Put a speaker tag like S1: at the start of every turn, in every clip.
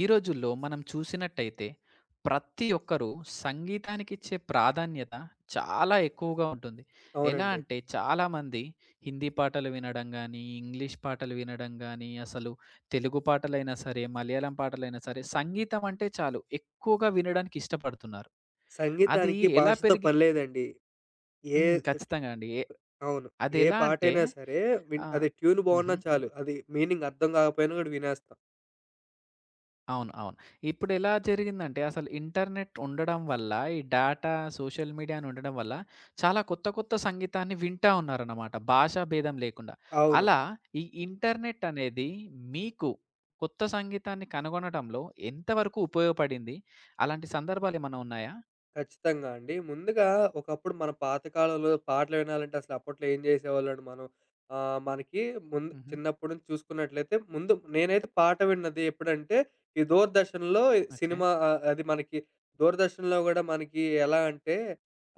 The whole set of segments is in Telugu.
S1: ఈ రోజుల్లో మనం చూసినట్టయితే ప్రతి ఒక్కరూ సంగీతానికి ఇచ్చే ప్రాధాన్యత చాలా ఎక్కువగా ఉంటుంది. ఎలా
S2: అవునండి.
S1: అంటే చాలామంది హిందీ పాటలు వినడం గానీ, ఇంగ్లీష్ పాటలు వినడం గానీ, అసలు తెలుగు పాటలైనా సరే, మలయాళం పాటలైనా సరే సంగీతం అంటే చాలు ఎక్కువగా వినడానికి ఇష్టపడుతున్నారు. అది
S2: సంగీతానికి
S1: ఎలా
S2: భాషతో
S1: పెరిగి
S2: పని లేదండి. ఏ
S1: హ్మ్. ఖచ్చితంగా అండి.
S2: అవును.
S1: అది
S2: ఏ
S1: ఎలా అంటే
S2: పాటైనా సరే
S1: ఆహ్,
S2: అది ట్యూన్
S1: హుహు.
S2: బావున్నా చాలు. అది మీనింగ్ అర్థం కాకపోయినా కూడా వినేస్తాం.
S1: అవును. అవును. ఇప్పుడెలా జరిగిందంటే అసలు ఇంటర్నెట్ ఉండడం వల్ల, ఈ డాటా, సోషల్ మీడియా అని ఉండడం వల్ల చాలా కొత్త కొత్త సంగీతాన్ని వింటా ఉన్నారన్నమాట. భాషా భేదం లేకుండా.
S2: అవును.
S1: అలా ఈ ఇంటర్నెట్ అనేది మీకు కొత్త సంగీతాన్ని కనుగొనడంలో ఎంత వరకు ఉపయోగపడింది? అలాంటి సందర్భాలేమన్నా ఉన్నాయా?
S2: ఖచ్చితంగా అండి. ముందుగా ఒకప్పుడు మన పాతకాలంలో పాటలు వినాలంటే అసలు అప్పట్లో ఏం జేసేవాళ్ళండి మనం. మనకి ముందు
S1: హుహు.
S2: చిన్నప్పటి నుంచి చూసుకున్నట్లయితే ముందు నేనైతే పాట విన్నది ఎప్పుడంటే ఈ దూరదర్శన్‌లో
S1: ఓకే.
S2: సినిమా అది మనకి దూరదర్శన్‌లో గూడా మనకి ఎలా అంటే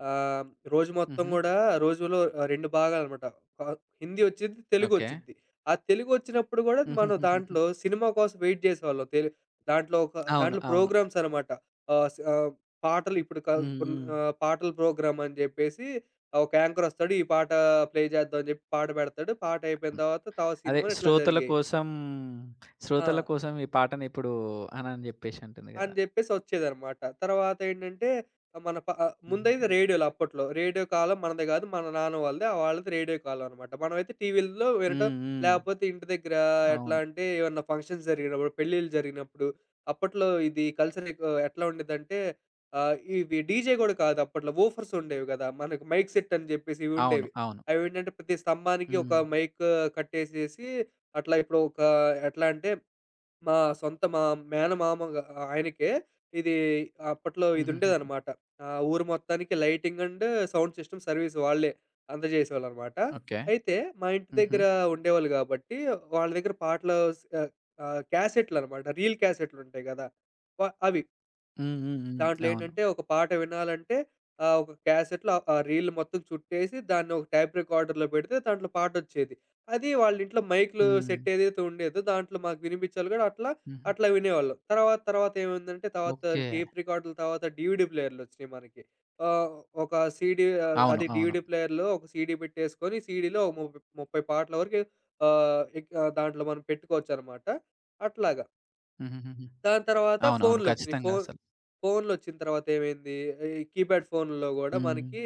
S2: ఆహ్, రోజు మొత్తం
S1: హుహు.
S2: గూడా రోజులో 2 భాగాలనమాట. క హిందీ ఒచ్చిద్ది,
S1: ఓకే.
S2: తెలుగొచ్చిద్ది. ఆ తెలుగొచ్చినప్పుడు గూడా మనం
S1: హుహుహుహుహు.
S2: దాంట్లో సినిమా కోసం వెయిట్ జేసేవాళ్ళం. దాంట్లో ఒక
S1: అవును.
S2: దాంట్లో
S1: అవును.
S2: ప్రోగ్రామ్స్ అనమాట. ఆహ్, స్ ఆహ్ పాటలు ఇప్పుడు
S1: హ్మ్. హ్మ్.
S2: పాటల ప్రోగ్రామ్ అని జెప్పేసి ఒక యాంకర్ వస్తాడు. ఈ పాట ప్లే చేద్దాం అని జెప్పి పాట పెడతాడు. పాట అయిపోయిన
S1: హ్మ్.
S2: తర్వాత, తర్వాత
S1: అదే
S2: సినిమాలు ఇట్లా
S1: శ్రోతల
S2: జరిగాయి.
S1: కోసం, శ్రోతల
S2: ఆ!
S1: కోసం ఈ పాటని ఇప్పుడు అనని జెప్పేసి అంటుంది
S2: అని
S1: గదా!
S2: జెప్పేసి ఒచ్చేదనమాట. తర్వాతేంటంటే ఆహ్, మన ప ఆహ్, ముందైతే
S1: హుహుహు.
S2: రేడియోలు అప్పట్లో. రేడియో కాలం మనది గాదు. మన నాన్న వాళ్ళది. ఆ వాళ్ళది రేడియో కాలం అనమాట. మనమైతే టీవీల్లో వినటం,
S1: హ్మ్. హ్మ్.
S2: లేపోతే ఇంటి దగ్గర ఎట్లా
S1: అవును.
S2: అంటే ఏమన్నా ఫంక్షన్స్ జరిగినప్పుడు, పెళ్ళిళ్ళు జరిగినప్పుడు అప్పట్లో ఇది కల్చర్ ఎట్లా ఉండేదంటే ఇవి డీజే గూడా కాదు అప్పట్లో. వూఫర్స్ ఉండేవి గదా! మనకు మైక్ సెట్ అని జెప్పేసి
S1: అవును.
S2: ఇవుండేవి.
S1: అవును.
S2: అవేంటంటే ప్రతి స్తంభానికి ఒక
S1: హ్మ్.
S2: మైక్ కట్టేసేసి అట్లా ఇప్పుడు ఒక ఎట్లా అంటే మా సొంత మా మేనమామగా ఆయనకే ఇది అప్పట్లో
S1: హుహుహుహు.
S2: ఇదుండేదనమాట. ఆ ఊరు మొత్తానికి lighting and sound system service వాళ్ళే అందజేసేవాళ్ళనమాట.
S1: ఓకే.
S2: అయితే మా ఇంటి
S1: హుహు.
S2: దగ్గర ఉండేవాళ్ళు గాబట్టి, వాళ్ళ దగ్గర పాటలు క్యాసెట్‌లనమాట. రీల్ క్యాసెట్‌లుంటాయి గదా! అవి.
S1: హ్మ్. హ్మ్. హ్మ్.
S2: దాంట్లో
S1: అవును.
S2: ఏంటంటే ఒక పాట వినాలంటే ఒక క్యాసెట్‌లో ఆ రీల్ మొత్తం చుట్టేసి దాన్ని ఒక టైప్ రికార్డర్‌లో పెడితే దాంట్లో పాటొచ్చేది. అది వాళ్ళ ఇంట్లో మైక్‌లు
S1: హ్మ్.
S2: సెట్ ఏదైతే ఉండేదో దాంట్లో మాకు వినిపించాలి కూడా అట్లా,
S1: హుహు.
S2: అట్లా వినేవాళ్ళం. తర్వాత తర్వాత ఏమైందంటే తర్వాత
S1: ఓకే.
S2: టేప్ రికార్డుల తర్వాత డీవీడీ ప్లేయర్‌లొచ్చినాయి మనకి. ఆహ్, ఒక సీడీ
S1: అవును.
S2: అది
S1: అవును.
S2: డీవీడీ ప్లేయర్‌లో ఒక సీడీ పెట్టేసుకొని సీడీలో 30 పాటల వరకు దాంట్లో మనం పెట్టుకోవచ్చనమాట. అట్లాగా.
S1: హుహుహుహు.
S2: దాని తర్వాత
S1: అవును. అవును.
S2: ఫోన్‌లొచ్చినియి.
S1: ఖచ్చితంగా
S2: ఫోన్
S1: అసలు.
S2: ఫోన్‌లొచ్చిన తర్వాతేమైంది, ఈ కీప్యాడ్ ఫోన్‌లో గూడా
S1: హ్మ్.
S2: మనకి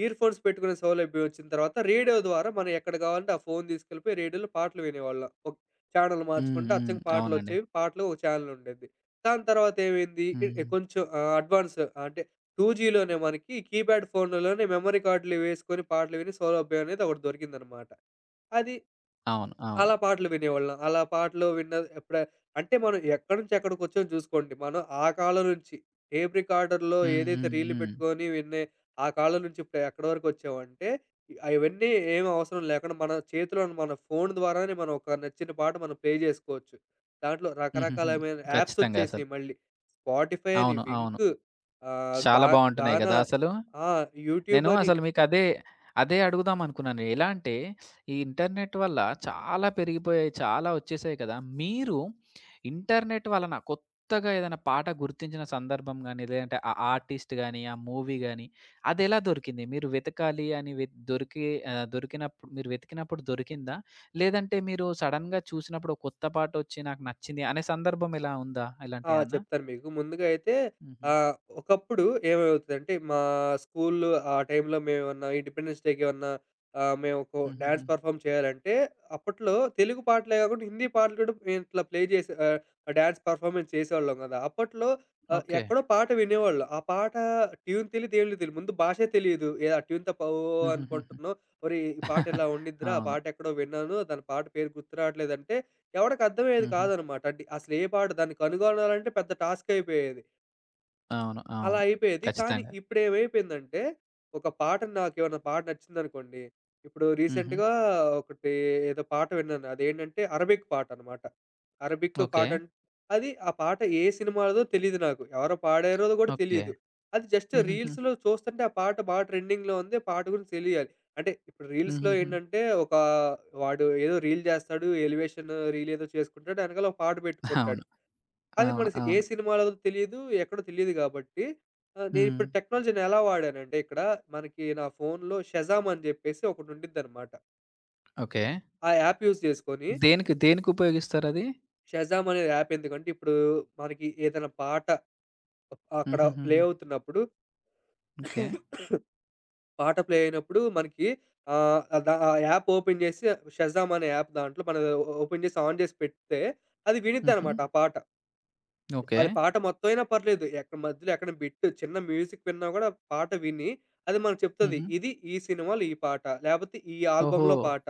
S2: ఇయర్ ఫోన్స్ పెట్టుకునే సౌలభ్యం వచ్చిన తర్వాత రేడియో ద్వారా మనం ఎక్కడ కావాలంటే ఆ ఫోన్ తీసుకెళ్ళిపోయి రేడియోలో పాటలు వినేవాళ్ళం. ఒక ఛానెల్
S1: హ్మ్.
S2: మార్చుకుంటే
S1: హ్మ్.
S2: అచ్చంగా
S1: అవునండి.
S2: పాటలొచ్చేవి. పాటలు ఒక ఛానెల్ ఉండేది. దాని తర్వాతేమైంది ఇ ఇ-
S1: హ్మ్.
S2: కొంచెం ఆహ్, అడ్వాన్స్ అంటే 2జీలోనే మనకి కీప్యాడ్ ఫోన్‌లలోనే మెమరీ కార్డ్‌లు వేసుకొని పాటలు వినే సౌలభ్యం అనేది ఒకటి దొరికిందనమాట. అది
S1: అవును. అవును.
S2: అలా పాటలు వినేవాళ్ళం. అలా పాటలు విన్న ఎప్పుడ అంటే మనం ఎక్కడి నుంచి ఎక్కడికొచ్చామో చూసుకోండి. మనం ఆ కాలం నుంచి టేప్ రికార్డర్‌లో
S1: హ్మ్.
S2: ఏదైతే
S1: హ్మ్.
S2: రీల్
S1: హ్మ్.
S2: పెట్టుకొని వినే ఆ కాలం నుంచి ఇప్పుడు ఎక్కడి వరకు వచ్చామంటే అవన్నీ ఏమి అవసరం లేకుండా మన చేతిలో ఉన్న మన ఫోన్ ద్వారానే మనం ఒక నచ్చిన పాట మనం ప్లే చేసుకోవచ్చు. దాంట్లో
S1: హుహుహు.
S2: రకరకాలమైన యాప్స్
S1: ఖచ్చితంగా అసలు.
S2: వచ్చేసినాయి మళ్ళీ. స్పాటిఫై అని,
S1: అవును. అవును.
S2: వింక్ ఆహ్,
S1: చాలా
S2: గా
S1: బావుంటున్నాయి
S2: గానా
S1: గదా! అసలు.
S2: ఆ! యూట్యూబ్
S1: నేను
S2: అని.
S1: అసలు మీకదే, అదే అడుగుదామనుకున్నాను. ఎలా అంటే, ఈ ఇంటర్నెట్ వల్ల చాలా పెరిగిపోయాయి, చాలా ఒచ్చేసాయి కదా! మీరు ఇంటర్నెట్ వలన కొత్తగా ఏదైనా పాట గుర్తించిన సందర్భం గాని, లేదంటే ఆ ఆర్టిస్ట్ గాని, ఆ మూవీ గాని అదెలా దొరికింది? మీరు వెతకాలి అని దొరికే దొరికినప్పుడు మీరు వెతికినప్పుడు దొరికిందా? లేదంటే మీరు సడెన్‌గా చూసినప్పుడు "ఓ కొత్త పాటొచ్చి నాకు నచ్చింది" అనే సందర్భం ఇలా ఉందా?
S2: ఆ!
S1: ఇలాంటియేమన్నా?
S2: చెప్తాను మీకు. ముందుగా అయితే
S1: హుహు.
S2: ఒకప్పుడు ఏమవుతదంటే మా స్కూల్‌లో ఆ టైంలో మేమేమన్నా ఇండిపెండెన్స్ డేకి ఏమన్నా మేము ఒక
S1: హుహుహు.
S2: డాన్స్ పెర్ఫార్మ్ చేయాలంటే అప్పట్లో తెలుగు పాటలే కాకుండా హిందీ పాటలు కూడా మేము ఇట్లా ప్లే చేసి డాన్స్ పెర్ఫార్మెన్స్ చేసేవాళ్ళం కదా! అప్పట్లో
S1: ఓకే.
S2: ఎక్కడో పాట వినేవాళ్ళు. ఆ పాట ట్యూన్ తెలీదు ఏం లేదు. ముందు భాషే తెలీదు. ఆ ట్యూన్ తప్ప ఓహ్!
S1: హుహుహుహు.
S2: అనుకుంటున్నాం. ఒరేయ్! ఈ పాట ఇలా ఉండిద్దిరా! ఆ
S1: అవును.
S2: పాట ఎక్కడో విన్నాను. దాని పాట పేరు గుర్తు రావట్లేదంటే ఎవడికి అర్థమయ్యేది
S1: హుహు.
S2: కాదనమాట. అంటే అసలు ఏ పాట దాన్ని కనుగొనాలంటే పెద్ద టాస్క్ అయిపోయేది.
S1: అవును.
S2: అలా
S1: అవును.
S2: అయిపోయేది. కానీ
S1: ఖచ్చితంగా.
S2: ఇప్పుడేమైపోయిందంటే, ఒక పాట నాకేమన్నా పాట నచ్చిందనుకోండి, ఇప్పుడు
S1: హుహు.
S2: రీసెంట్‌గా ఒకటి ఏదో పాట విన్నాను. అదేంటంటే అరబిక్ పాటనమాట. Arabic
S1: okay.
S2: పాటం అది ఆ పాట ఏ సినిమాలోదో తెలీదు నాకు. ఎవరో పాడారో గూడా
S1: ఓకే.
S2: తెలీదు. అది జస్ట్
S1: హుహుహు.
S2: రీల్స్‌లో చూస్తుంటే ఆ పాట ట్రెండింగ్‌లో ఉంది. పాట గురించి తెలియాలి. అంటే ఇప్పుడు రీల్స్‌లో
S1: హుహుహు.
S2: ఏంటంటే, ఒక వాడు ఏదో రీల్ జేస్తాడు. ఎలివేషన్ రీల్ ఏదో చేసుకుంటాడు. ఎనకాల ఒక పాట పెట్టుకుంటాడు.
S1: అవును.
S2: అది
S1: అవును.
S2: మనకి ఏ
S1: అవును.
S2: సినిమాలో తెలీదు, ఎక్కడో తెలీదు గాబట్టి,
S1: హ్మ్.
S2: నేనిప్పుడు టెక్నాలజీని ఎలా వాడానంటే ఇక్కడ, మనకి నా ఫోనులో 'షజామ్' అని జెప్పేసి ఒకటుండిద్దనమాట.
S1: ఓకే.
S2: ఆ యాప్ యూజ్ చేసుకొని,
S1: దేనికి దేనికి ఉపయోగిస్తారది?
S2: 'షజామ్' అనే యాప్ ఎందుకంటే, ఇప్పుడు మనకి ఏదైనా పాట అక్కడ ప్లే
S1: హుహుహుహు.
S2: అవుతున్నప్పుడు,
S1: ఓకే.
S2: పాట ప్లే అయినప్పుడు మనకి ఆహ్, ద ఆ యాప్ ఓపెన్ జేసి 'షజామ్' అనే యాప్ దాంట్లో మనం ఓపెన్ జేసి, ఆన్ జేసి పెడితే, అది
S1: హుహు.
S2: వినిద్దనమాట ఆ పాట.
S1: ఓకే.
S2: అది పాట మొత్తం అయినా పర్లేదు. ఎక్కడ మధ్యలో ఎక్కడైనా బిట్ చిన్న మ్యూజిక్ విన్నా గూడా పాట విని, అది మనకు చెప్తది.
S1: హుహు.
S2: ఇది ఈ సినిమాలో ఈ పాట. లేపోతే ఈ
S1: ఓహో!
S2: ఆల్బమ్‌లో పాట.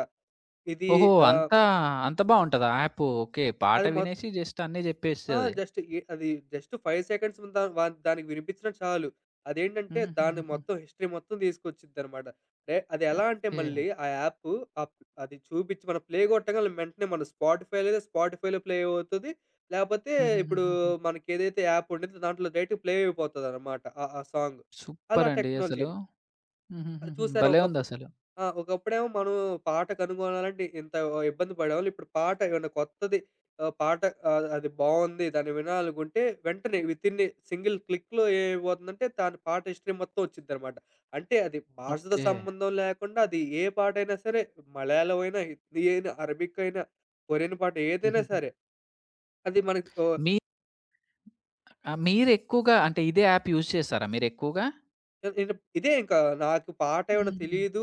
S2: ఇది
S1: ఓహో!
S2: ఆహ్,
S1: అంతా అంత బావుంటదా ఆ యాపు? ఓకే. పాట
S2: అది మొ
S1: వినేసి జస్ట్ అన్నీ
S2: ఆ!
S1: జెప్పేస్తది.
S2: జస్ట్ ఎ అది జస్ట్ 5 సెకండ్స్ దా వా దానికి వినిపించినా చాలు. అదేంటంటే దాని
S1: హుహుహుహుహు.
S2: మొత్తం హిస్టరీ మొత్తం తీసుకొచ్చిద్దనమాట. అది ఎలా అంటే
S1: ఓకే.
S2: మళ్ళీ ఆ యాప్ అప్ అది చూపించి మనం ప్లే కొట్టంగానే వెంటనే మన స్పాటిఫై లేదా స్పాటిఫైలో ప్లే అవుతది. లేపోతే ఇప్పుడు
S1: హుహుహుహుహు.
S2: మనకేదైతే యాప్ ఉండిద్దో దాంట్లో డైరెక్ట్‌గా ప్లే అయిపోతదనమాట. ఆ ఆ సాంగ్. అలా
S1: సూపరండి అసలు.
S2: టెక్నాలజీని.
S1: హుహుహుహు.
S2: చూసారా
S1: భలే
S2: ఒకప్పుడు
S1: ఉందసలు.
S2: ఆ! ఒకప్పుడేమో మనం పాట కనుగొనాలంటే ఇంత ఇబ్బంది పడేవాళ్ళు. ఇప్పుడు పాట ఏమన్నా కొత్తది ఆహ్, పాట అది బావుంది. దాన్ని వినాలనుకుంటే వెంటనే వితిన్ ఏ సింగిల్ క్లిక్‌లో ఏమైపోతుందంటే దాని పాట హిస్టరీ మొత్తం వచ్చిద్దనమాట. అంటే అది భాషతో
S1: ఓకే.
S2: సంబంధం లేకుండా అది ఏ పాటైనా సరే మలయాళం అయినా, హిందీ అయినా, అరబిక్ అయినా, కొరియన్ పాట ఏదైనా
S1: హుహుహు.
S2: సరే అది మనకి ఓ
S1: మీ ఆ! మీరెక్కువగా అంటే ఇదే యాప్ యూజ్ చేసారా మీరెక్కువగా?
S2: ఇ ఇది ఇదే ఇంకా నాకు పాట ఏమైనా
S1: హుహుహు.
S2: తెలీదు.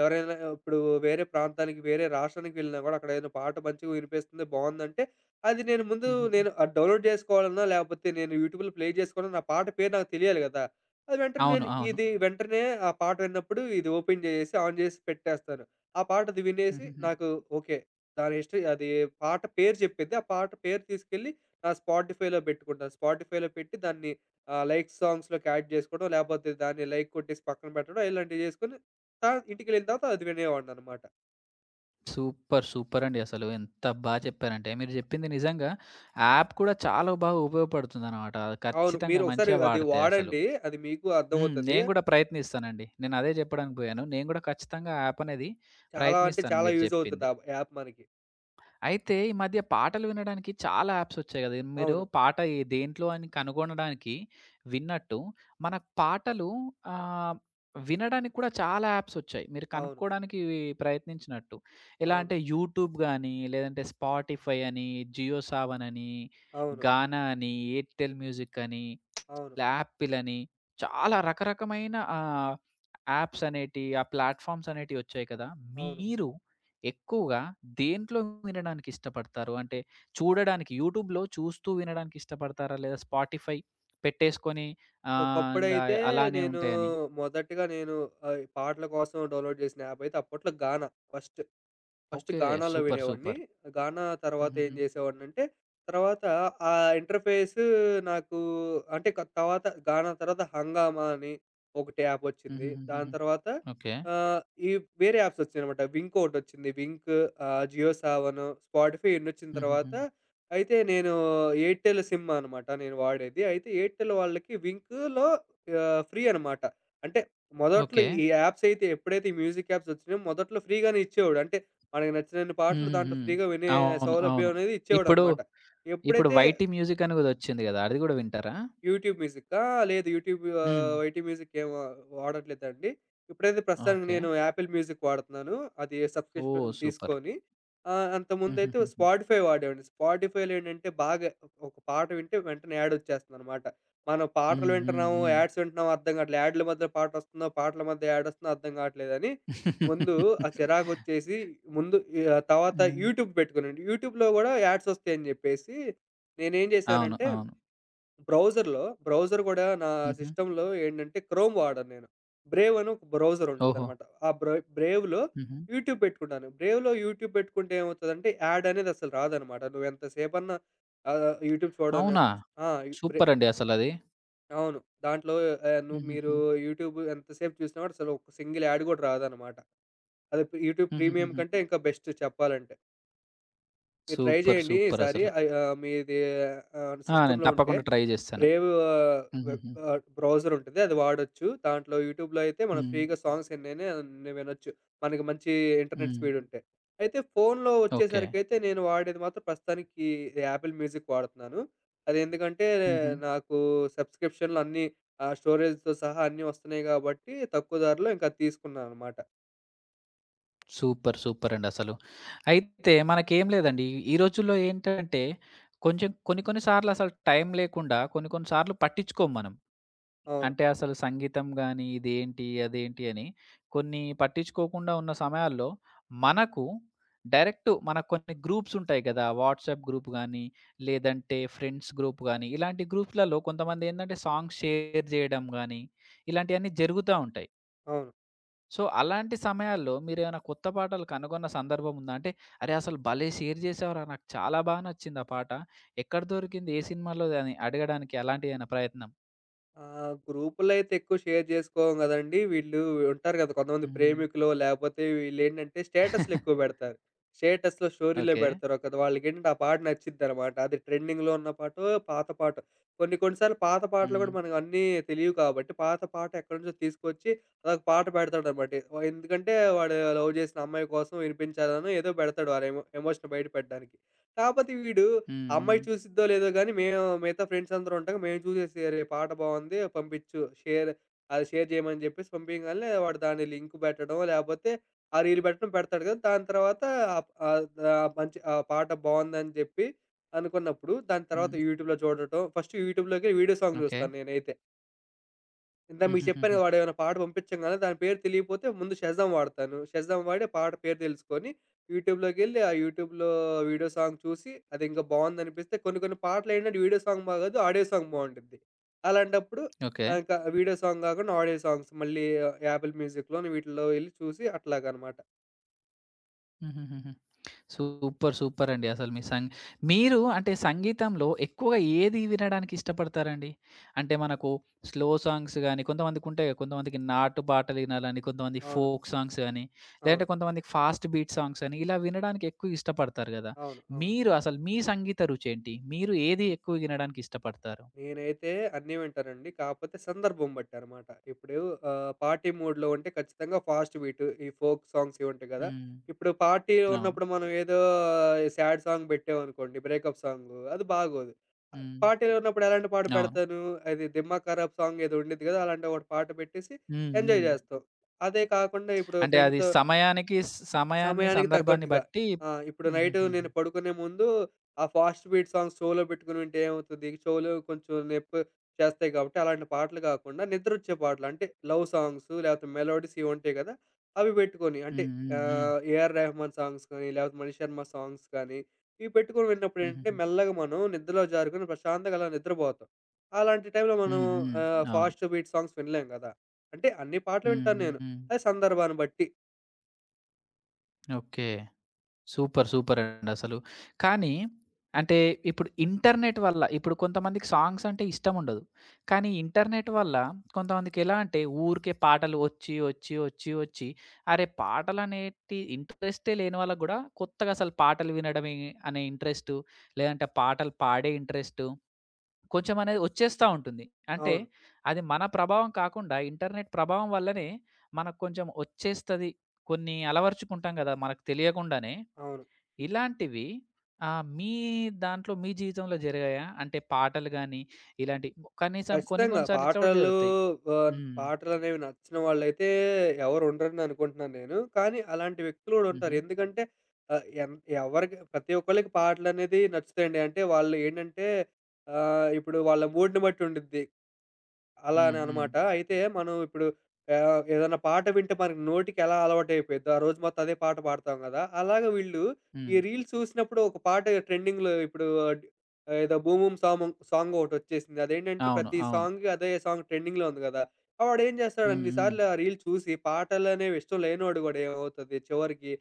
S2: ఎవరైనా ఇప్పుడు వేరే ప్రాంతానికి, వేరే రాష్ట్రానికి వెళ్ళినా గూడా అక్కడ ఏదైనా పాట మంచిగా వినిపిస్తుంది, బావుందంటే అది నేను ముందు
S1: హుహుహు.
S2: నేను అది డౌన్‌లోడ్ జేసుకోవాలన్నా, లేకపోతే నేను యూట్యూబ్‌లో ప్లే జేసుకోవాలన్నా నా పాట పేరు నాకు తెలియాలి గదా! అది వెంటనే
S1: అవును.
S2: నేను
S1: అవును.
S2: ఇది వెంటనే ఆ పాట విన్నప్పుడు ఇది ఓపెన్ జేసేసి, ఆన్ జేసి పెట్టేస్తాను. ఆ పాటది వినేసి
S1: హుహుహు.
S2: నాకు ఓకే. దాని హిస్టరీ అది పాట పేరు చెప్పిద్ది. ఆ పాట పేరు తీసుకెళ్ళి నా స్పాటిఫైలో బెట్టుకుంటాను. స్పాటిఫైలో పెట్టి దాన్ని లైక్ సాంగ్స్‌లోకి యాడ్ చేసుకోవడం, లేపోతే దాన్ని లైక్ కొట్టేసి పక్కన పెట్టడం ఇలాంటివి చేసుకొని తర్వాత ఇంటికెళ్ళిన తర్వాత అది వినేవాడిననమాట.
S1: సూపర్. సూపర్ అండి అసలు. ఎంత బా చెప్పారంటే మీరు జెప్పింది నిజంగా యాప్ కూడా చాలా బాగా ఉపయోగపడుతుందనమాట. అది
S2: అవును.
S1: ఖచ్చితంగా
S2: మీరు ఒకసారి
S1: మంచిగా
S2: అది
S1: వాడితే అసలు.
S2: వాడండి. అది మీకు
S1: హ్మ్.
S2: అర్థమవుతది.
S1: నేను గూడా ప్రయత్నిస్తానండి. నేను అదే జెప్పడానికి బోయాను. నేను గూడా ఖచ్చితంగా ఆ యాప్ అనేది
S2: చాలా అంటే
S1: ప్రయత్నిస్తాను
S2: చాలా
S1: మీరు
S2: యూజ్
S1: జెప్పింది.
S2: అవుతది ఆ యాప్ మనకి.
S1: అయితే ఈ మధ్య పాటలు వినడానికి చాలా యాప్స్ వచ్చాయి కదా! మీరు
S2: అవును.
S1: పాట ఏ దేంట్లో అని కనుగొనడానికి విన్నట్టు మన పాటలు ఆహ్, వినడానికి కూడా చాలా యాప్స్ వచ్చాయి. మీరు
S2: అవును.
S1: కనుక్కోవడానికి ప్రయత్నించినట్టు. ఎలా
S2: అవును.
S1: అంటే యూట్యూబ్ గాని, లేదంటే స్పాటిఫై అని, జియో సావన్ అని,
S2: అవును.
S1: గానా అని, ఎయిర్టెల్ మ్యూజిక్ అని,
S2: అవును.
S1: ఇలా యాపిల్ అని చాలా రకరకమైన యాప్స్ అనేటియి, ఆ ప్లాట్‌ఫార్మ్స్ అనేటివి వచ్చాయి కదా!
S2: అవును.
S1: మీరు ఎక్కువగా దేంట్లో వినడానికి ఇష్టపడతారు? అంటే చూడడానికి యూట్యూబ్‌లో చూస్తూ వినడానికి ఇష్టపడతారా? లేదా స్పాటిఫై పెట్టేసుకొని ఆహ్, ఇంగ
S2: ఒకప్పుడైతే
S1: అలానే
S2: నేను
S1: ఉంటాయని?
S2: మొదటగా నేను పాటల కోసం డౌన్‌లోడ్ చేసిన యాప్ అయితే అప్పట్లో గానా ఫస్ట్. First
S1: okay.
S2: గానాలో
S1: సూపర్.
S2: వినేవాడిని.
S1: సూపర్.
S2: గానా తర్వాత ఏం
S1: హుహుహు.
S2: చేసేవాడినంటే, తర్వాత ఆ ఇంటర్‌ఫేస్ నాకు అంటే తర్వాత గానా తర్వాత హంగామా అని ఒకటి యాప్ వచ్చింది. దాని
S1: హుహుహుహుహు.
S2: తర్వాత
S1: ఓకే.
S2: ఆహ్, ఈ వేరే యాప్స్ వచ్చాయనమాట. వింక్ ఒకటొచ్చింది. వింక్ జియో సావను, స్పాటిఫై ఇన్నొచ్చిన తర్వాత
S1: హుహుహు.
S2: అయితే నేను ఎయిర్టెల్ సిమ్ అనమాట నేను వాడేది. అయితే ఎయిర్టెల్ వాళ్ళకి వింక్‌లో ఫ్రీ అనమాట. అంటే మొదట్లో
S1: ఓకే.
S2: ఈ యాప్స్ అయితే ఎప్పుడైతే ఈ మ్యూజిక్ యాప్స్ వచ్చినాయో మొదట్లో ఫ్రీగానే ఇచ్చేవాడు. అంటే మనకు నచ్చినన్ని పాటలు
S1: హుహుహు.
S2: దాంట్లో ఫ్రీ‌గా వినే
S1: అవును. అవును.
S2: సౌలభ్యం అనేది
S1: ఇప్పుడు,
S2: ఇచ్చేవాడనమాట.
S1: ఇప్పుడు
S2: ఎప్పుడైతే
S1: 'వైటీ మ్యూజిక్' అని గూడా వచ్చింది గదా! అది గూడా వింటారా?
S2: యూట్యూబ్ మ్యూజికా? లేదు. యూట్యూబ్
S1: హ్మ్.
S2: వైటీ మ్యూజిక్ ఏం వా వాడట్లేదండి. ఇప్పుడైతే ప్రస్తుతానికి
S1: ఓకే.
S2: నేను యాపిల్ మ్యూజిక్ వాడుతున్నాను. అది
S1: ఓహ్!
S2: Subscription
S1: super.
S2: తీసుకొని. అంతకుముందైతే
S1: హుహుహుహు.
S2: స్పాటిఫై వాడేవాడిని. స్పాటిఫైలో ఏంటంటే బాగా ఒక ఒక పాట వింటే వెంటనే యాడ్ వచ్చేస్తుందనమాట. మనం
S1: హ్మ్.
S2: పాటలు
S1: హ్మ్. హ్మ్.
S2: వింటున్నాము,
S1: హ్మ్.
S2: యాడ్స్ వింటున్నాము అర్థం కావట్లే. యాడ్ల మధ్య పాటొస్తుందా, పాటల మధ్య యాడ్ వస్తుందా అర్థం కావట్లేదని ముందు ఆ చిరాకొచ్చేసి ముందు తర్వాత యూట్యూబ్ పెట్టుకున్నాను. యూట్యూబ్‌లో కూడా యాడ్స్ వస్తాయని చెప్పేసి నేనేం
S1: అవును.
S2: చేశానంటే
S1: అవును.
S2: బ్రౌజర్ గూడా నా
S1: హుహు.
S2: సిస్టమ్‌లో ఏంటంటే, క్రోమ్ వాడను నేను. బ్రేవ్ అని ఒక బ్రౌజర్
S1: ఓహో!
S2: ఉంటదనమాట. ఆ బ్ర బ్రేవ్‌లో
S1: హుహు.
S2: యూట్యూబ్ పెట్టుకుంటాను. బ్రేవ్‌లో యూట్యూబ్ పెట్టుకుంటే ఏమవుతదంటే, యాడ్ అనేది అసలు రాదనమాట. నువ్వెంత సేపన్నా ఆహ్, యూట్యూబ్ చూడని
S1: అవునా?
S2: ఆ! బ్రే
S1: సూపరండి అసలది.
S2: అవును. దాంట్లో ఆహ్, నువ్వు మీరు
S1: హుహుహు.
S2: యూట్యూబ్ ఎంతసేపు చూసినా గూడా అసలు ఒక సింగిల్ యాడ్ గూడా రాదనమాట. అది యూట్యూబ్ ప్రీమియం
S1: హుహుహుహు.
S2: కంటే ఇంకా బెస్ట్ చెప్పాలంటే. మీరు ట్రై
S1: సూపర్.
S2: చేయండి ఈసారి.
S1: సూపరసలు.
S2: మీది
S1: ఆ! నేను
S2: సిస్టమ్‌లో ఉంటే
S1: తప్పకుండా ట్రై జేస్తాను.
S2: బ్రేవ్ వెబ్
S1: హుహుహు.
S2: బ్రౌజర్ ఉంటది. అది వాడొచ్చు. దాంట్లో యూట్యూబ్‌లో అయితే మనం
S1: హ్మ్.
S2: ఫ్రీగా సాంగ్స్ ఎన్నైనా అన్ని వినొచ్చు. మనకి మంచి ఇంటర్నెట్
S1: హ్మ్.
S2: స్పీడ్ ఉంటే. అయితే ఫోన్‌లో
S1: ఓకే.
S2: వచ్చేసరికైతే నేను వాడేది మాత్రం ప్రస్తుతానికి యాపిల్ మ్యూజిక్ వాడుతున్నాను. అది ఎందుకంటే
S1: హుహు.
S2: నాకు సబ్స్క్రిప్షన్‌లు అన్నీ స్టోరేజ్‌తో సహా అన్నీ వస్తున్నాయి కాబట్టి తక్కువ ధరలో ఇంకా అది తీసుకున్నాననమాట.
S1: సూపర్. సూపరండి అసలు. అయితే మనకేం లేదండి. ఈ రోజుల్లో ఏంటంటే కొంచెం కొన్ని కొన్ని సార్లు అసలు టైం లేకుండా కొన్ని కొన్ని సార్లు పట్టించుకోము మనం.
S2: అవును.
S1: అంటే అసలు సంగీతం గాని, ఇదేంటి, అదేంటి అని కొన్ని పట్టించుకోకుండా ఉన్న సమయాల్లో, మనకు డైరెక్ట్ మనకు కొన్ని గ్రూప్స్ ఉంటాయి కదా! వాట్సాప్ గ్రూప్ గాని, లేదంటే ఫ్రెండ్స్ గ్రూప్ గాని, ఇలాంటి గ్రూప్స్‌లలో కొంతమందేంటంటే సాంగ్స్ షేర్ జేయడం గాని, ఇలాంటియన్నీ జరుగుతా ఉంటాయి.
S2: అవును.
S1: సో, అలాంటి సమయాల్లో మీరేమైనా కొత్త పాటలు కనుగొన్న సందర్భం ఉందా? అంటే, "అరే! అసలు భలే షేర్ జేశావురా! నాకు చాలా బా నచ్చింది ఆ పాట. ఎక్కడ దొరికింది? ఏ సినిమాలోది?" అని అడగడానికి అలాంటిదేమైనా ప్రయత్నం?
S2: ఆ! గ్రూపుల్లో అయితే ఎక్కువ షేర్ జేసుకోం గదండీ. వీళ్ళు ఉంటారు గదా! కొంతమంది
S1: హ్మ్.
S2: ప్రేమికులో లేపోతే వీళ్ళేంటంటే స్టేటస్‌లు ఎక్కువ బెడతారు. స్టేటస్‌లో, స్టోరీలో
S1: ఓకే.
S2: బెడతారు. ఒక వాళ్ళకేంటంటే ఆ పాట నచ్చిద్దనమాట. అది ట్రెండింగ్‌లో ఉన్న పాటో, పాత పాటో. కొన్ని కొన్ని సార్లు పాత పాటలు
S1: హ్మ్.
S2: గూడా మనకు అన్నీ తెలియవు కాబట్టి, పాత పాట ఎక్కడి నుంచో తీసుకొచ్చి అదొక పాట బెడతాడనమాట. ఎందుకంటే వాడు లవ్ జేసిన అమ్మాయి కోసం వినిపించాలనో ఏదో బెడతాడు. వాడేమో ఎమోషన్ బయట పెట్టడానికి. కాపోతే వీడు
S1: హ్మ్.
S2: ఆ
S1: హ్మ్.
S2: అమ్మాయి చూసిద్దో లేదో గానీ, మేము మిగతా ఫ్రెండ్స్ అందరం ఉంటాం. మేము చూసేసి "అరే! పాట బావుంది పంపిచ్చు. అది షేర్ చేయమని" చెప్పేసి పంపియంగాల్నే వాడు దాని లింక్ పెట్టడం, లేపోతే ఆ రీల్ పెట్టడం పెడతాడు కదా! దాని తర్వాత ఆహ్, ఆహ్, ఆహ్, మంచి ఆ పాట బావుందని జెప్పి అనుకున్నప్పుడు, దాని తర్వాత
S1: హ్మ్.
S2: యూట్యూబ్‌లో చూడటం. ఫస్ట్ యూట్యూబ్‌లోకెళ్ళి వీడియో సాంగ్
S1: ఓకే.
S2: చూస్తాను నేనైతే. ఇందాక మీకు చెప్పాను
S1: హుహుహుహు.
S2: కదా! వాడేమైనా పాట పంపించంగానే దాని పేరు తెలియకపోతే ముందు షజామ్ వాడతాను. షజామ్ వాడి పాట పేరు తెలుసుకొని, యూట్యూబ్‌లోకెళ్ళి ఆ యూట్యూబ్‌లో వీడియో సాంగ్ చూసి, అది ఇంకా బావుందనిపిస్తే కొన్ని కొన్ని పాటలేంటంటే వీడియో సాంగ్ బాగోదు. ఆడియో సాంగ్ బావుంటుంది. అలాంటప్పుడు
S1: ఓకే.
S2: ఇంకా వీడియో సాంగ్ కాకుండా ఆడియో సాంగ్స్ మళ్ళీ యాపిల్ మ్యూజిక్‌లోని వీటిల్లో ఎళ్లి చూసి అట్లాగనమాట.
S1: హుహుహుహు. సూపర్. సూపర్ అండి. అసలు మీ మీరు అంటే సంగీతంలో ఎక్కువగా ఏది వినడానికి ఇష్టపడతారండి? అంటే మనకు స్లో సాంగ్స్ గాని, కొంతమందికుంటాయి కదా! కొంతమందికి నాటు పాటలు వినాలని, కొంతమంది
S2: అవును.
S1: ఫోక్ సాంగ్స్ గాని, లేదంటే
S2: అవును.
S1: కొంతమందికి ఫాస్ట్ బీట్ సాంగ్స్ అని ఇలా వినడానికి ఎక్కువ ఇష్టపడతారు గదా!
S2: అవును. అవును.
S1: మీరు అసలు మీ సంగీత రుచేంటి? మీరు ఏది ఎక్కువ వినడానికి ఇష్టపడతారు?
S2: నేనైతే అన్నీ వింటానండి. కాపోతే సందర్భం బట్టి అనమాట. ఇప్పుడు పార్టీ మూడ్‌లో ఉంటే ఖచ్చితంగా ఫాస్ట్ బీటు, ఈ ఫోక్ సాంగ్స్ ఇవి ఉంటాయి గదా!
S1: హ్మ్.
S2: ఇప్పుడు పార్టీలో
S1: అవును.
S2: ఉన్నప్పుడు మనం ఏదో సాడ్ సాంగ్ పెట్టామనుకోండి బ్రేకప్ సాంగు, అది బాగోదు.
S1: హ్మ్.
S2: పార్టీలో ఉన్నప్పుడు ఎలాంటి పాట
S1: అవును.
S2: పెడతాను, అది 'దిమ్మా ఖరాబ్' సాంగ్ ఏదో ఉండిద్ది గదా! అలాంటి ఒకటి పాట పెట్టేసి
S1: హ్మ్.
S2: ఎంజాయ్
S1: హ్మ్.
S2: జేస్తాం. అదే కాకుండా ఇప్పుడు
S1: అంటే అది
S2: ఫ్రెండ్‌తో
S1: సమయానికి సమయాన్ని,
S2: సమయానికి
S1: సందర్భాన్ని
S2: తగ్గట్టుగా.
S1: బట్టి
S2: ఆ! ఇప్పుడు నైట్
S1: హుహుహు.
S2: నేను పడుకునే ముందు ఆ ఫాస్ట్ బీట్ సాంగ్స్ చెవులో పెట్టుకొని వింటే ఏమవుతది? చెవులు కొంచెం నొప్పి చేస్తాయి కాబట్టి అలాంటి పాటలు కాకుండా నిద్రొచ్చే పాటలు అంటే లవ్ సాంగ్స్ లేకపోతే మెలోడీస్ ఇవి ఉంటాయి కదా! అవి పెట్టుకొని అంటే
S1: హ్మ్. హ్మ్. హ్మ్.
S2: ఏఆర్ రెహమాన్ సాంగ్స్ కానీ లేకపోతే మణిశర్మ సాంగ్స్ కానీ ఇవి పెట్టుకొని విన్నప్పుడు ఏంటంటే
S1: హుహుహు.
S2: మెల్లగా మనం నిద్రలో జారుకొని ప్రశాంతంగా అలా నిద్రపోతాం. అలాంటి టైంలో మనం
S1: హ్మ్. హ్మ్. అవును.
S2: ఫాస్ట్ బీట్ సాంగ్స్ వినలేం కదా! అంటే అన్ని పాటలు
S1: హ్మ్.
S2: వింటాను నేను.
S1: హ్మ్.
S2: అది సందర్భాన్ని బట్టి.
S1: ఓకే. సూపర్. సూపర్ అండసలు. కానీ అంటే ఇప్పుడు ఇంటర్నెట్ వల్ల ఇప్పుడు కొంతమందికి సాంగ్స్ అంటే ఇష్టముండదు. కానీ ఇంటర్నెట్ వల్ల కొంతమందికెలా అంటే ఊరికే పాటలు వచ్చి, వచ్చి, వచ్చి, వచ్చి అరే! పాటలనేటి ఇంట్రెస్టే లేని వాళ్ళకి గూడా కొత్తగా అసలు పాటలు వినడమే అనే ఇంట్రెస్టు లేదంటే పాటలు పాడే ఇంట్రెస్టు కొంచెమనేది వచ్చేస్తా ఉంటుంది. అంటే
S2: అవును.
S1: అది మన ప్రభావం కాకుండా ఇంటర్నెట్ ప్రభావం వల్లనే మనకు కొంచెం వచ్చేస్తది. కొన్ని అలవరుచుకుంటాం గదా! మనకు తెలియకుండానే.
S2: అవును.
S1: ఇలాంటివి మీ దాంట్లో మీ జీవితంలో జరిగాయా? అంటే పాటలు గాని ఇలాంటి కనీసం కొన్ని
S2: ఖచ్చితంగా.
S1: కొన్ని సార్లు ఇట్లా గూడా
S2: పాటలు
S1: జరుగుతాయి. హ్మ్.
S2: పాటలనేవి నచ్చిన వాళ్ళైతే ఎవరు ఉండరని అనుకుంటున్నాను నేను. కానీ అలాంటి వ్యక్తులు గూడా
S1: హుహు.
S2: ఉంటారు. ఎందుకంటే ఆహ్, ఎన్ ఎవరికి ప్రతి ఒక్కళ్ళకి పాటలనేది నచ్చుతాయండి. అంటే వాళ్ళు ఏంటంటే ఇప్పుడు వాళ్ళ మూడ్‌ని బట్టి ఉండిద్ది.
S1: హ్మ్.
S2: అలానే
S1: హ్మ్.
S2: అనమాట. అయితే మనం ఇప్పుడు ఏదైనా పాట వింటే మనకి నోటికి ఎలా అలవాటయిపోయిద్దో, ఆ రోజు మొత్తం అదే పాట పాడతాం గదా! అలాగా వీళ్ళు ఈ
S1: హ్మ్.
S2: రీల్స్ చూసినప్పుడు ఒక పాట ట్రెండింగ్‌లో ఇప్పుడు ఏదో 'బూమ్ బూమ్' సాంగ్ ఒకటొచ్చేసింది. అదేంటంటే
S1: అవును.
S2: ప్రతి
S1: అవును.
S2: సాంగ్‌కి అదే సాంగ్ ట్రెండింగ్‌లో ఉంది గదా! వాడేం చేస్తాడు
S1: హ్మ్.
S2: అన్ని
S1: హ్మ్.
S2: సార్లు ఆ రీల్ చూసి పాటలనేవి ఇష్టం లేనోడు గూడా ఏమవుతది చివరికి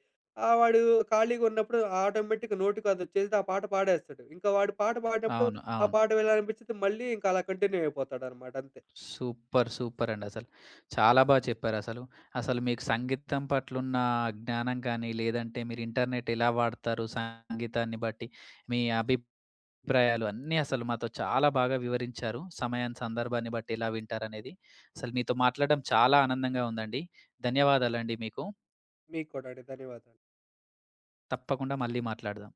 S2: వాడు ఖాళీగా ఉన్నప్పుడు ఆటోమేటిక్‌గా నోటికి అదొచ్చేసి ఆ పాట పాడేస్తాడు. ఇంకా వాడు పాట పాడినప్పుడు
S1: అవును.
S2: ఆ
S1: అవును.
S2: పాట వినాలనిపించిద్ది మళ్ళీ ఇంకా అలా కంటిన్యూ అయిపోతాడనమాట అంతే.
S1: సూపర్! సూపరండి అసలు. చాలా బా చెప్పారసలు. అసలు అసలు మీకు సంగీతం పట్లున్న జ్ఞానం కానీ, లేదంటే మీరు ఇంటర్నెట్ ఎలా వాడతారు సంగీతాన్ని బట్టి, మీ అభిప్రాయాలు అన్నీ అసలు మాతో చాలా బాగా వివరించారు. సమయాన్ని, సందర్భాన్ని బట్టి ఎలా వింటారనేది. అసలు మీతో మాట్లాడడం చాలా ఆనందంగా ఉందండి. ధన్యవాదాలండి మీకు.
S2: మీకు కూడా అండి. ధన్యవాదాలు.
S1: తప్పకుండా మళ్ళీ మాట్లాడదాం.